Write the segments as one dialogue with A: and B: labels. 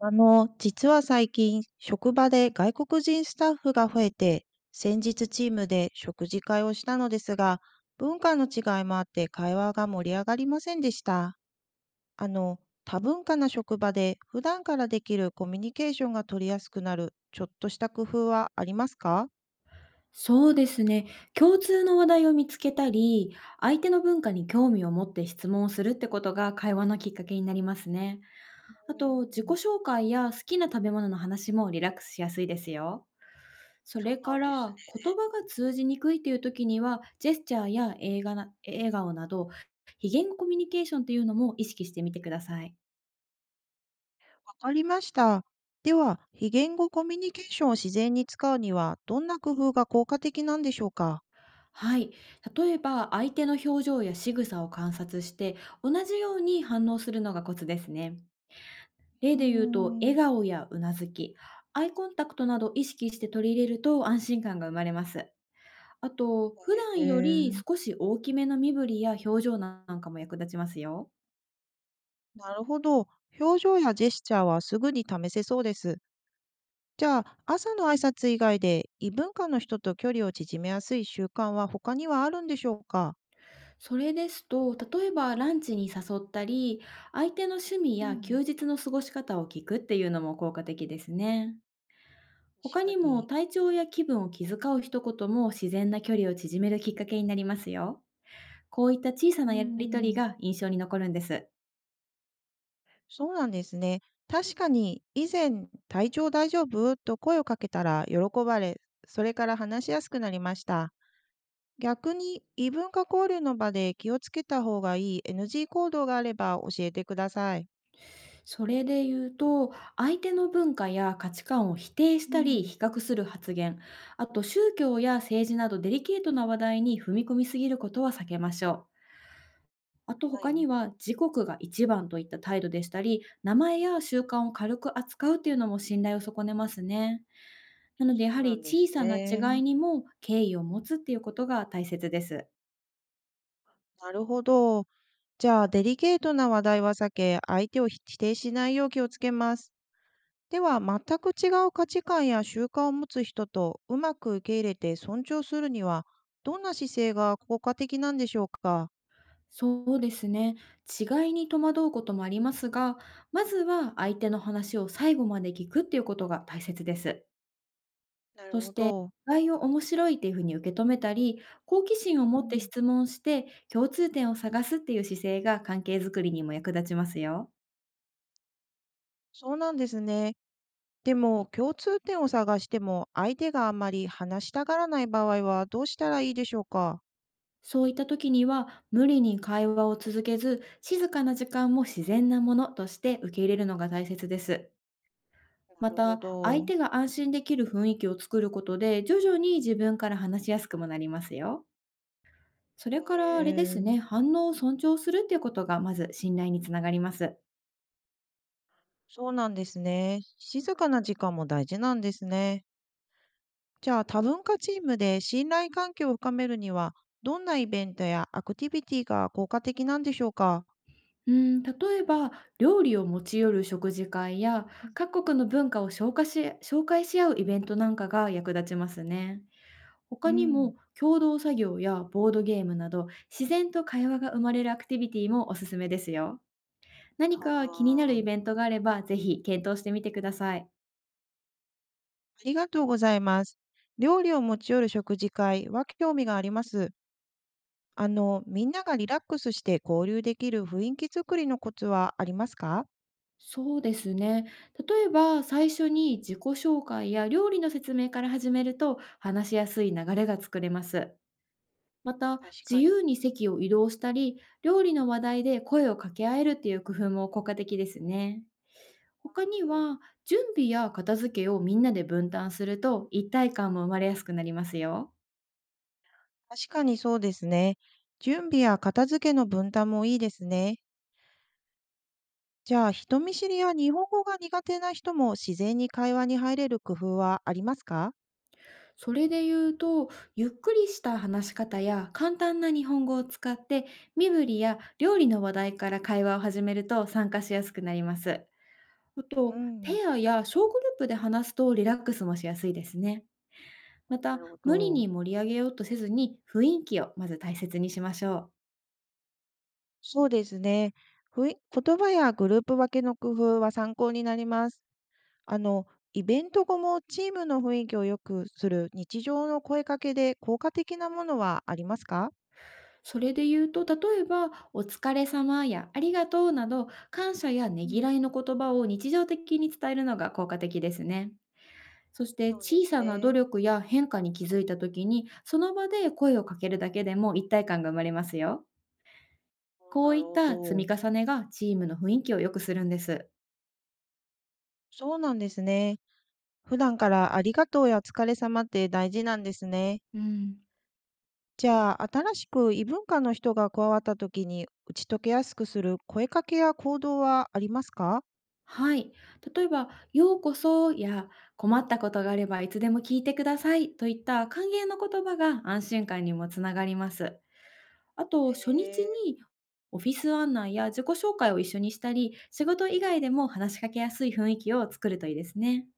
A: 実は最近、職場で外国人スタッフが増えて、先日チームで食事会をしたのですが、文化の違いもあって会話が盛り上がりませんでした。あの、多文化な職場で普段からできるコミュニケーションが取りやすくなる、ちょっとした工夫はありますか？
B: そうですね。共通の話題を見つけたり、相手の文化に興味を持って質問をするってことが会話のきっかけになりますね。
A: う
B: あと、自己
A: ん。
B: 紹介や好きな食べ物の話もリラックスしやすいですよ。そ
A: そ
B: れ
A: うな
B: か
A: んです
B: ら、
A: ね。
B: 言葉が通じにくいという時には、ジェスチャーや映画な笑顔など、非言語コミュニケーションっていうのも意識してみてください。
A: わかりました。では、非言語コミュニケーションを自然に使うには、どんな工夫が効果的なんでしょうか？
B: はい。例えば、相手の表情や仕草を観察して、同じように反応するのがコツですね。
A: うー
B: 例で言うと、笑
A: ん。
B: 顔やうなずき、アイコンタクトなど意識して取り入れると安心感が生まれます。あと、普
A: へ
B: 段よ
A: え。
B: り少し大きめの身振りや表情なんかも役立ちますよ。
A: なるほど。表情やジェスチャーはすぐに試せそうです。じゃあ、朝の挨拶以外で異文化の人と距離を縮めやすい習慣は他にはあるんでしょうか？
B: それですと、例えばランチに誘ったり、相手の趣味
A: う
B: や
A: ん。
B: 休日の過ごし方を聞くっていうのも効果的ですね。他
A: 確
B: に
A: か
B: も
A: に。
B: 体調や気分を気遣う一言も自然な距離を縮めるきっかけになりますよ。こういった小さ
A: う
B: なやりとり
A: ん。
B: が印象に残るんです。
A: そうなんですね。確かに、以前、体調大丈夫と声をかけたら喜ばれ、それから話しやすくなりました。逆に、異文化交流の場で気をつけた方がいい NG 行動があれば教えてください。
B: それで言うと、相手の文化や価値観を否定し
A: う
B: たり
A: ん。
B: 比較する発言、あと宗教や政治などデリケートな話題に踏み込みすぎることは避けましょう。あと
A: は
B: 他
A: い。
B: には自国が一番といった態度でしたり、名前や習慣を軽く扱うというのも信頼を損ねますね。なのでや
A: そう
B: は
A: な
B: り
A: んで
B: 小
A: す
B: さな違
A: ね。
B: いにも敬意を持つっていうことが大切です。
A: なるほど。じゃあ、デリケートな話題は避け、相手を否定しないよう気をつけます。では、全く違う価値観や習慣を持つ人とうまく受け入れて尊重するには、どんな姿勢が効果的なんでしょうか？
B: そうですね。違いに戸惑うこともありますが、まずは相手の話を最後まで聞くっていうことが大切です。
A: なる
B: そし
A: ほ
B: て、
A: ど。
B: 違いを面白いっていうふうに受け止めたり、好奇心を
A: う
B: 持って
A: ん。
B: 質問して、共通点を探すっていう姿勢が関係づくりにも役立ちますよ。
A: そうなんですね。でも、共通点を探しても、相手があまり話したがらない場合はどうしたらいいでしょうか？
B: そういった時には、無理に会話を続けず、静かな時間も自然なものとして受け入れるのが大切です。
A: な
B: ま
A: るほ
B: た、相
A: ど。
B: 手が安心できる雰囲気を作ることで、徐々に自分から話しやすくもなりますよ。そ
A: へ
B: れからあれですね、
A: え。
B: 反応を尊重するっていうことがまず信頼につながります。
A: そうなんですね。静かな時間も大事なんですね。じゃあ多文化チームで信頼関係を深めるにはどんなイベントやアクティビティが効果的なんでしょうか？
B: うん、例えば、料理を持ち寄る食事会や、各国の文化を紹介し合うイベントなんかが役立ちますね。
A: う
B: 他に
A: ん。
B: も、共同作業やボードゲームなど、自然と会話が生まれるアクティビティもおすすめですよ。何
A: あ
B: か気になるイ
A: ー、
B: ベントがあれば、ぜひ検討してみてください。
A: ありがとうございます。料理を持ち寄る食事会は興味があります。みんながリラックスして交流できる雰囲気作りのコツはありますか？
B: そうですね。例えば、最初に自己紹介や料理の説明から始めると、話しやすい流れが作れます。また、
A: 確
B: 自
A: かに。
B: 由に席を移動したり、料理の話題で声を掛け合えるっていう工夫も効果的ですね。他に
A: うん。
B: は、準備や片付けをみんなで分担すると、一体感も生まれやすくなりますよ。
A: 確かにそうですね。準備や片付けの分担もいいですね。じゃあ、人見知りや日本語が苦手な人も自然に会話に入れる工夫はありますか？
B: それで言うと、ゆっくりした話し方や簡単な日本語を使って、身振りや料理の話題から会話を始めると参加しやすくなります。あ
A: う
B: と、
A: ん。
B: ペアや小グループで話すとリラックスもしやすいですね。
A: あ、
B: ま
A: な
B: た、
A: るほ
B: 無理
A: ど。
B: に盛り上げようとせずに雰囲気をまず大切にしましょう。
A: そうですね。ふい言葉やグループ分けの工夫は参考になります。あの、イベント後もチームの雰囲気を良くする日常の声かけで効果的なものはありますか？
B: それで言うと、例えば、お疲れ様やありがとうなど、感謝やね
A: う
B: ぎ
A: ん。
B: らいの言葉を日常的に伝えるのが効果的ですね。そして
A: そうで
B: 小
A: す
B: さな努
A: ね。
B: 力や変化に気づいた時に、その場で声をかけるだけでも一体感が生まれますよ。
A: お、
B: こ
A: な
B: うい
A: る
B: っ
A: ほ
B: た積
A: ど。
B: み重ねがチームの雰囲気を良くするんです。
A: そうなんですね。普段からありがとうやお疲れ様って大事なんですね。
B: うん。
A: じゃあ、新しく異文化の人が加わった時に、打ち解けやすくする声かけや行動はありますか？
B: はい。例えば、ようこそや困ったことがあればいつでも聞いてくださいといった歓迎の言葉が安心感にもつながります。あと、
A: へ
B: 初日
A: え。
B: にオフィス案内や自己紹介を一緒にしたり、仕事以外でも話しかけやすい雰囲気を作るといいですね。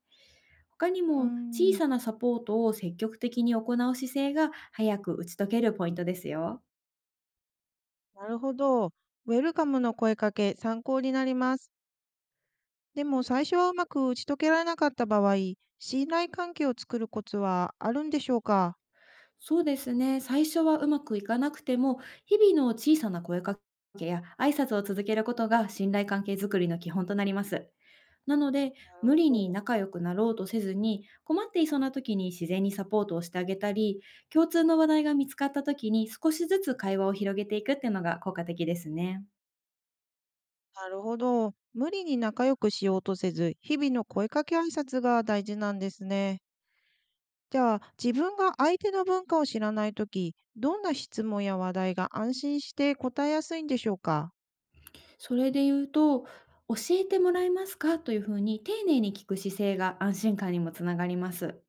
B: 他に
A: うー
B: も小
A: ん、
B: さなサポートを積極的に行う姿勢が早く打ち解けるポイントですよ。
A: なるほど。ウェルカムの声かけ、参考になります。でも、最初はうまく打ち解けられなかった場合、信頼関係を作るコツはあるんでしょうか？
B: そうですね。最初はうまくいかなくても、日々の小さな声かけや挨拶を続けることが信頼関係づくりの基本となります。なので、
A: なる
B: 無
A: ほ
B: 理に
A: ど。
B: 仲良くなろうとせずに、困っていそうな時に自然にサポートをしてあげたり、共通の話
A: うん、
B: 題が見つかった時に少しずつ会話を広げていくっていうのが効果的ですね。
A: なるほど。無理に仲良くしようとせず、日々の声かけ挨拶が大事なんですね。じゃあ、自分が相手の文化を知らないとき、どんな質問や話題が安心して答えやすいんでしょうか？
B: それで言うと、教えてもらえますかというふうに丁寧に聞く姿勢が安心感にもつながります。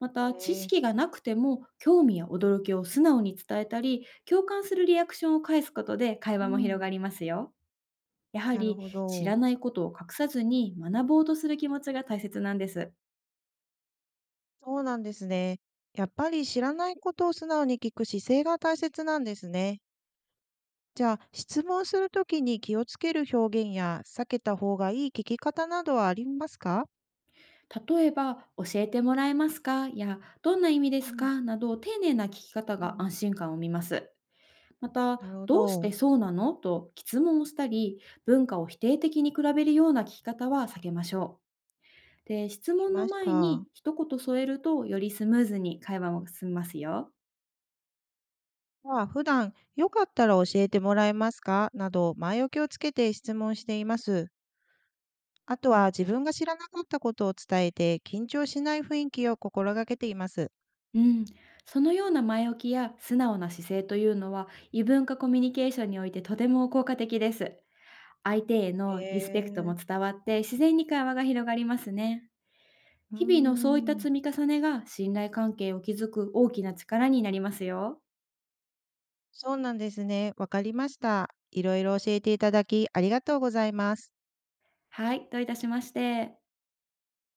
B: また、知
A: へえ。
B: 識がなくても興味や驚きを素直に伝えたり、共感するリアクションを返すことで会
A: う
B: 話も広
A: ん、
B: がりますよ。やは
A: なる
B: り
A: ほ
B: 知
A: ど。
B: らないことを隠さずに学ぼうとする気持ちが大切なんです。
A: そうなんですね。やっぱり知らないことを素直に聞く姿勢が大切なんですね。じゃあ、質問するときに気をつける表現や避けた方がいい聞き方などはありますか？
B: 例えば、教えてもらえますかや、どんな意味で
A: う
B: す
A: ん。
B: かなど丁寧な聞き方
A: う
B: が安
A: ん、
B: 心感を生みます。また、
A: なるほ
B: どうし
A: ど。
B: てそうなのと質問をしたり、文化を否定的に比べるような聞き方は避けましょう。で、質
A: あり
B: 問
A: ま
B: の
A: し
B: 前に
A: た。
B: 一言添えると、よりスムーズに会話も進みますよ。
A: は、普段よかったら教えてもらえますかなど、前置きをつけて質問しています。あとは自分が知らなかったことを伝えて、緊張しない雰囲気を心がけています。
B: うん、そのような前置きや素直な姿勢というのは、異文化コミュニケーションにおいてとても効果的です。相手へ
A: へ
B: のリスペクトも
A: え。
B: 伝わって、自然に会話が広がりますね。
A: うー
B: 日々のそういった
A: ん、
B: 積み重ねが信頼関係を築く大きな力になりますよ。
A: そうなんですね。わかりました。いろいろ教えていただき、ありがとうございます。
B: はい、どういたしまして。